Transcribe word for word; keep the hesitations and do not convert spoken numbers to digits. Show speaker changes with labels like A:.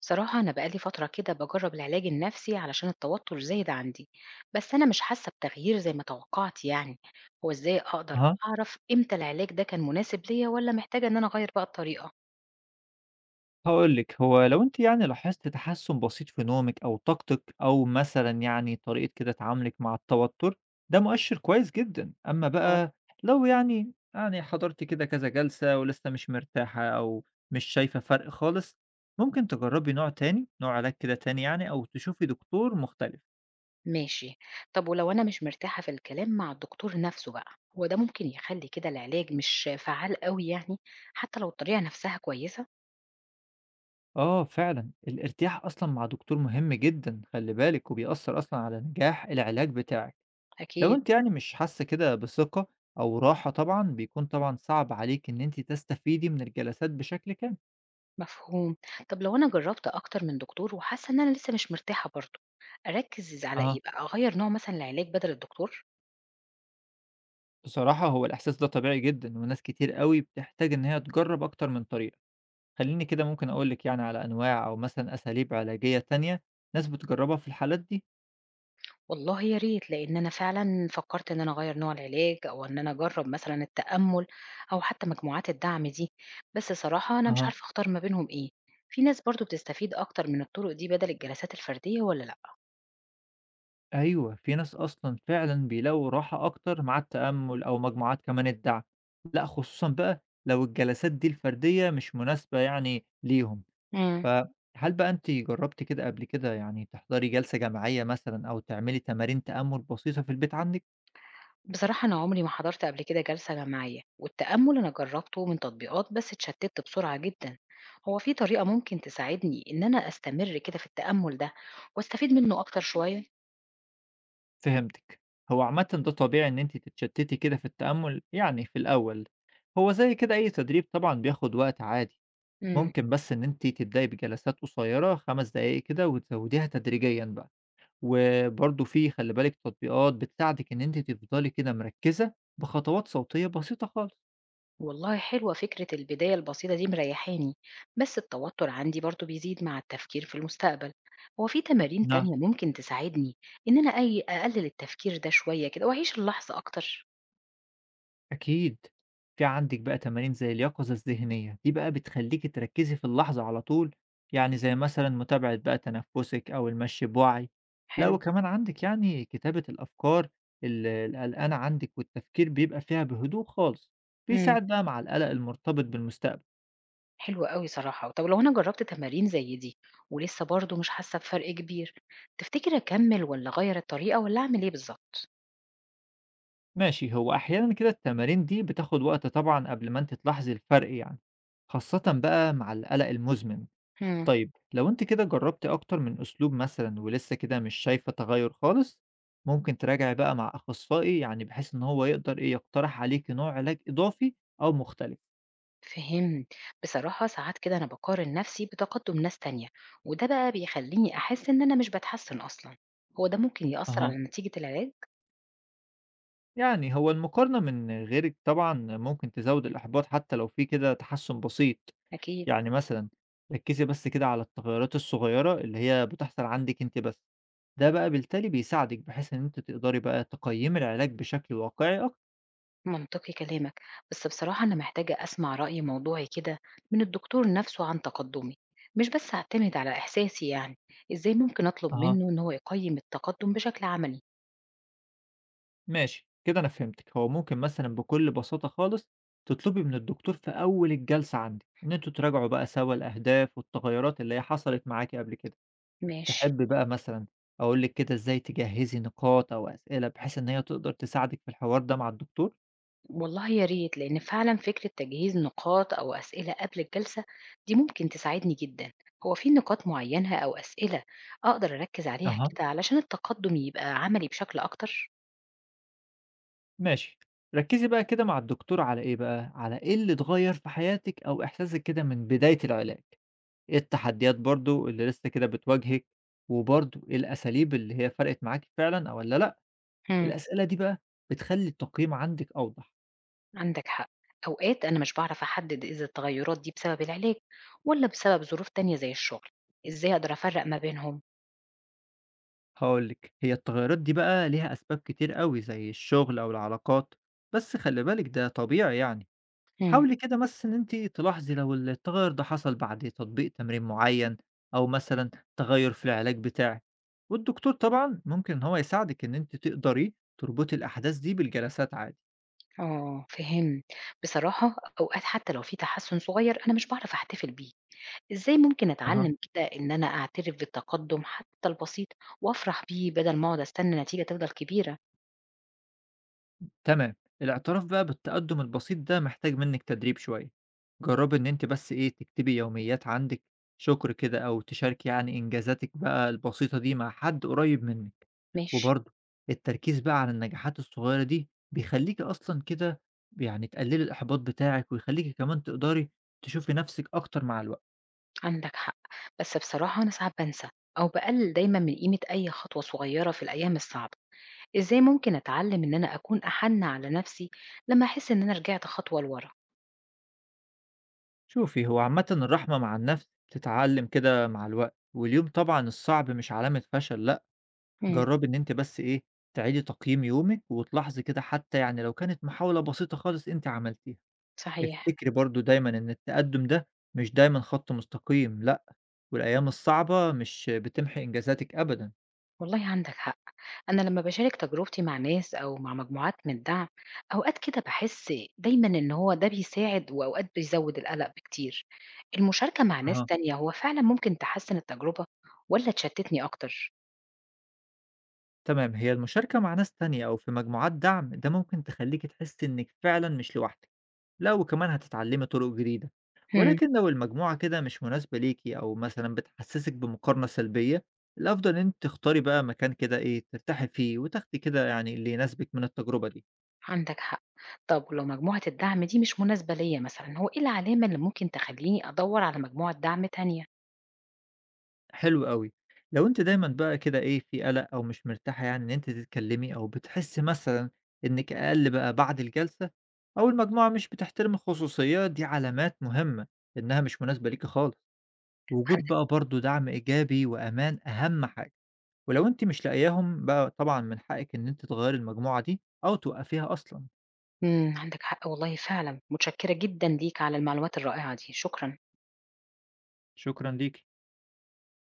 A: بصراحة أنا بقالي فترة كده باجرّب العلاج النفسي علشان التوتر زايد عندي، بس أنا مش حاسة بتغيير زي ما توقعت يعني، هو إزاي أقدر
B: أها،
A: أعرف إمتى العلاج ده كان مناسب ليّا والّا محتاجة إن أنا أغيّر بقى الطريقة؟
B: هاقول لِك، هو لو أنتِ يعني لاحظتِ تحسُّن بسيط في نومِك أو طاقتِك أو مثلًا يعني طريقة كده تعاملِك مع التوتُّر، ده مؤشِّر كويس جدًا. أمّا
A: آه.
B: بقى لو يعني يعني حضرتِ كده كذا جلسة ولسه مش مرتاحة أو مش شايفة فرق خالص، ممكن تجرّبي نوع تاني، نوع علاج كده تاني يعني أو تشوفي دكتور مختلف.
A: ماشي، طب ولو أنا مش مرتاحة في الكلام مع الدكتور نفسه بقى، هو ده ممكن يخلّي كده العلاج مش فعّال أوي يعني، حتى لو الطريقة نفسها كويسة؟
B: آه فعلًا، الارتياح أصلًا مع دكتور مهم جدًا خلّي بالِك وبيأثّر أصلًا على نجاح العلاج بتاعِك. لو
A: أكيد.
B: أنتِ يعني مش حاسة كده بثقة أو راحة طبعًا، بيكون طبعًا صعب عليكِ إن أنتِ تستفيدي من الجلسات بشكل كامل.
A: مفهوم. طب لو أنا جربت أكتر من دكتور وحاسة إن أنا لسه مش مرتاحة برضه، أركز على
B: آه.
A: إيه بقى، أغير نوع مثلا العلاج بدل الدكتور؟
B: بصراحة هو الإحساس ده طبيعي جدًا، وناس كتير أوي بتحتاج إن هي تجرّب أكتر من طريقة. خلّيني كده ممكن أقول لِك يعني على أنواع أو مثلًا أساليب علاجية تانية ناس بتجرّبها في الحالات دي.
A: والله يا ريت، لأن أنا فعلا فكرت إن أنا أغير نوع العلاج أو إن أنا أجرب مثلا التأمل أو حتى مجموعات الدعم دي، بس صراحة أنا مش
B: أها.
A: عارفة أختار ما بينهم إيه. في ناس برضه بتستفيد أكتر من الطرق دي بدل الجلسات الفردية ولا لأ؟
B: أيوه، في ناس أصلًا فعلًا بيلاقوا راحة أكتر مع التأمُّل أو مجموعات كمان الدعم. لأ، خصوصًا بقى لو الجلسات دي الفردية مش مناسبة يعني ليهم.
A: مم.
B: فهل بقى أنتِ جرّبتِ كده قبل كده يعني تحضري جلسة جماعية مثلًا أو تعملي تمارين تأمُّل بسيطة في البيت عندِك؟
A: بصراحة أنا عمري ما حضرت قبل كده جلسة جماعية، والتأمل أنا جربته من تطبيقات بس اتشتت بسرعة جدا. هو في طريقة ممكن تساعدني إن أنا أستمر كده في التأمل ده وأستفيد منه أكتر شوية؟
B: فهمتِك. هو عامةً ده طبيعي إن أنتِ تتشتّتي كده في التأمُّل يعني في الأول. هو زي كده أي تدريب طبعًا بياخُد وقت عادي،
A: امم
B: ممكن بس إن أنتِ تبدئي بجلسات قصيّرة 5 دقايق كده وتزوّديها تدريجيًا بقى. وبرضه في خلّي بالِك تطبيقات بتساعدِك إن أنتِ تفضلي كده مركّزة بخطوات صوتية بسيطة خالص.
A: والله حلوة فكرة البداية البسيطة دي، مريحاني. بس التوتر عندي برضو بيزيد مع التفكير في المستقبل، هو في تمارين
B: نعم
A: تانية ممكن تساعدني إن أنا أي أقلل التفكير ده شوية كده وأعيش اللحظة أكتر؟
B: أكيد. في عندِك بقى تمارين زي اليقظة الذهنية، دي بقى بتخلّيكِ تركّزي في اللحظة على طول، يعني زي مثلًا متابعة بقى تنفُّسِك أو المشي بوعي. لأ
A: حلو
B: وكمان عندِك يعني كتابة الأفكار ال القلقانة عندِك والتفكير بيبقى فيها بهدوء خالص، بيساعد بقى مع القلق المرتبط بالمستقبل.
A: حلو أوي صراحة، طب لو أنا جرّبت تمارين زي دي ولسه برضه مش حاسة بفرق كبير، تفتكر أكمّل والّا أغيّر الطريقة والّا أعمل إيه بالضبط؟
B: ماشي، هو أحيانًا كده التمارين دي بتاخد وقت طبعًا قبل ما أنتِ تلاحظي الفرق يعني، خاصةً بقى مع القلق المزمن.
A: إمم،
B: طيب لو انت كده جربتي اكتر من اسلوب مثلا ولسه كده مش شايفة تغير خالص، ممكن تراجعي بقى مع اخصائي يعني بحيث ان هو يقدر ايه يقترح عليكي نوع علاج اضافي او مختلف.
A: فهمت. بصراحة ساعات كده أنا باقارن نَفْسي بتقدُّم ناس تانية، وده بقى بيخلّيني أحس إن أنا مش باتحسّن أصلًا، هو ده ممكن يأثّر
B: اها،
A: على نتيجة العلاج؟
B: يعني هو المقارنة من غيرك طبعا ممكن تزود الاحباط حتى لو في كده تحسن بسيط.
A: أكيد.
B: يعني مثلا ركزي بس كده على التغيرات الصغيرة اللي هي بتحصل عندك انت بس، ده بقى بالتالي بيساعدك بحيث ان انت تقدري بقى تقيمي العلاج بشكل واقعي اكتر.
A: منطقي كلامك، بس بصراحة أنا محتاجة أسمع رأي موضوعي كده من الدكتور نفسه عن تقدمي، مش بس أعتمد على إحساسي يعني. إزاي ممكن أطلب
B: اها،
A: منه إن هو يقيم التقدم بشكل عملي؟
B: ماشي كده أنا فهمتِك، هو ممكن مثلًا بكل بساطة خالص تطلبي من الدكتور في أول الجلسة عندِك، إن أنتم تراجعوا بقى سوا الأهداف والتغيرات اللي هي حصلت معاكِ قبل كده،
A: ماشي.
B: تحبي بقى مثلًا أقول لِك كده إزاي تجهّزي نقاط أو أسئلة بحيث إن هي تقدر تساعدِك في الحوار ده مع الدكتور؟
A: والله يا ريت، لأن فعلا فكرة تجهيز نقاط أو أسئلة قبل الجلسة دي ممكن تساعدني جدا. هو في نقاط معينة أو أسئلة أقدر أركز عليها
B: أها،
A: كده علشان التقدم يبقى عملي بشكل أكتر؟
B: ماشي، ركّزي بقى كده مع الدكتور على إيه بقى، على إيه اللي اتغيّر في حياتِك أو إحساسِك كده من بداية العلاج، إيه التحديات برضه اللي لسه كده بتواجهِك، وبرضه إيه الأساليب اللي هي فرقِت معاكِ فعلًا والّا لأ. الأسئلة دي بقى بتخلّي التقييم عندِك أوضح.
A: عندك حق. أوقات أنا مش بعرف أحدد إذا التغيرات دي بسبب العلاج ولا بسبب ظروف تانية زي الشغل، إزاي أقدر أفرق ما بينهم؟
B: هاقول لِك هي التغيرات دي بقى ليها أسباب كتير أوي زي الشغل أو العلاقات، بس خلّي بالِك ده طبيعي يعني،
A: مم.
B: حاولي كده بس إن أنتِ تلاحظي لو التغير ده حصل بعد تطبيق تمرين معيّن أو مثلًا تغير في العلاج بتاعِك، والدكتور طبعًا ممكن إن هو يساعدِك إن أنتِ تقدري تربطي الأحداث دي بالجلسات عادي.
A: آه فهم. بصراحة أوقات حتى لو في تحسن صغير أنا مش بعرف أحتفل بيه، إزاي ممكن
B: أها.
A: أتعلم كده إن أنا أعترف بالتقدم حتى البسيط وأفرح بيه بدل ما أقعد أستنى نتيجة تفضل كبيرة؟
B: تمام، الاعتراف بقى بالتقدم البسيط ده محتاج منك تدريب شوية. جربي ان انت بس ايه تكتبي يوميات عندك شكر كده او تشاركي يعني انجازاتك بقى البسيطة دي مع حد قريب منك.
A: ماشي.
B: وبرضه التركيز بقى على النجاحات الصغيرة دي بيخليكي اصلا كده يعني تقللي الاحباط بتاعك ويخليكي كمان تقدري تشوفي نفسك اكتر مع الوقت.
A: عندك حق، بس بصراحة أنا ساعات بنسى أو بقلل دايما من قيمة أي خطوة صغيرة في الأيام الصعبة، إزاي ممكن أتعلم إن أنا أكون أحَن على نَفْسي لمّا أحس إن أنا رجعت خطوة لورا؟
B: شوفي هو عامة الرحمة مع النفس بتتعلم كده مع الوقت، واليوم طبعا الصعب مش علامة فشل لا.
A: إمم،
B: جرّبي إن أنتِ بس إيه، تعيدي تقييم يومِك وتلاحظي كده حتى يعني لو كانت محاولة بسيطة خالص أنتِ عملتيها.
A: صحيح.
B: افتكري برضه دايمًا إن التقدُّم ده مش دايمًا خط مستقيم لأ، والأيام الصعبة مش بتمحي إنجازاتِك أبدًا.
A: والله عندك حق، أنا لمّا باشارك تجربتي مع ناس أو مع مجموعات من الدعم، أوقات كده باحس دايمًا إن هو ده بيساعد وأوقات بيزوّد القلق بكتير. المشاركة مع ناس
B: أها.
A: تانية هو فعلًا ممكن تحسّن التجربة والّا تشتتني أكتر؟
B: تمام، هي المشاركة مع ناس تانية أو في مجموعات دعم ده ممكن تخلّيكِ تحسّي إنِّك فعلًا مش لوحدِك. لأ، وكمان هتتعلمي طرق جديدة،
A: إمم.
B: ولكن لو المجموعة كده مش مناسبة ليكِ أو مثلًا بتحسسِك بمقارنة سلبية، الأفضل إن أنتِ تختاري بقى مكان كده إيه، ترتاحي فيه وتاخدي كده يعني اللي يناسبِك من التجربة دي.
A: عندك حق. طب ولو مجموعة الدعم دي مش مناسبة ليّا مثلًا، هو إيه العلامة اللي ممكن تخلّيني أدوّر على مجموعة دعم تانية؟
B: حلو أوي. لو أنتِ دايمًا بقى كده إيه، في قلق أو مش مرتاحة يعني إن أنتِ تتكلمي أو بتحسي مثلًا إنِك أقل بقى بعد الجلسة أو المجموعة مش بتحترم الخصوصية، دي علامات مهمة إنها مش مناسبة ليكِ خالص. وجود بقى برضه دعم إيجابي وأمان أهم حاجة. ولو أنتِ مش لاقياهم بقى طبعًا من حقِّك إن أنتِ تغيّري المجموعة دي أو توقّفيها أصلًا.
A: إمم، عندك حق والله فعلًا، متشكرة جدًا ليك على المعلومات الرائعة دي، شكرًا.
B: شكرًا ليكِ.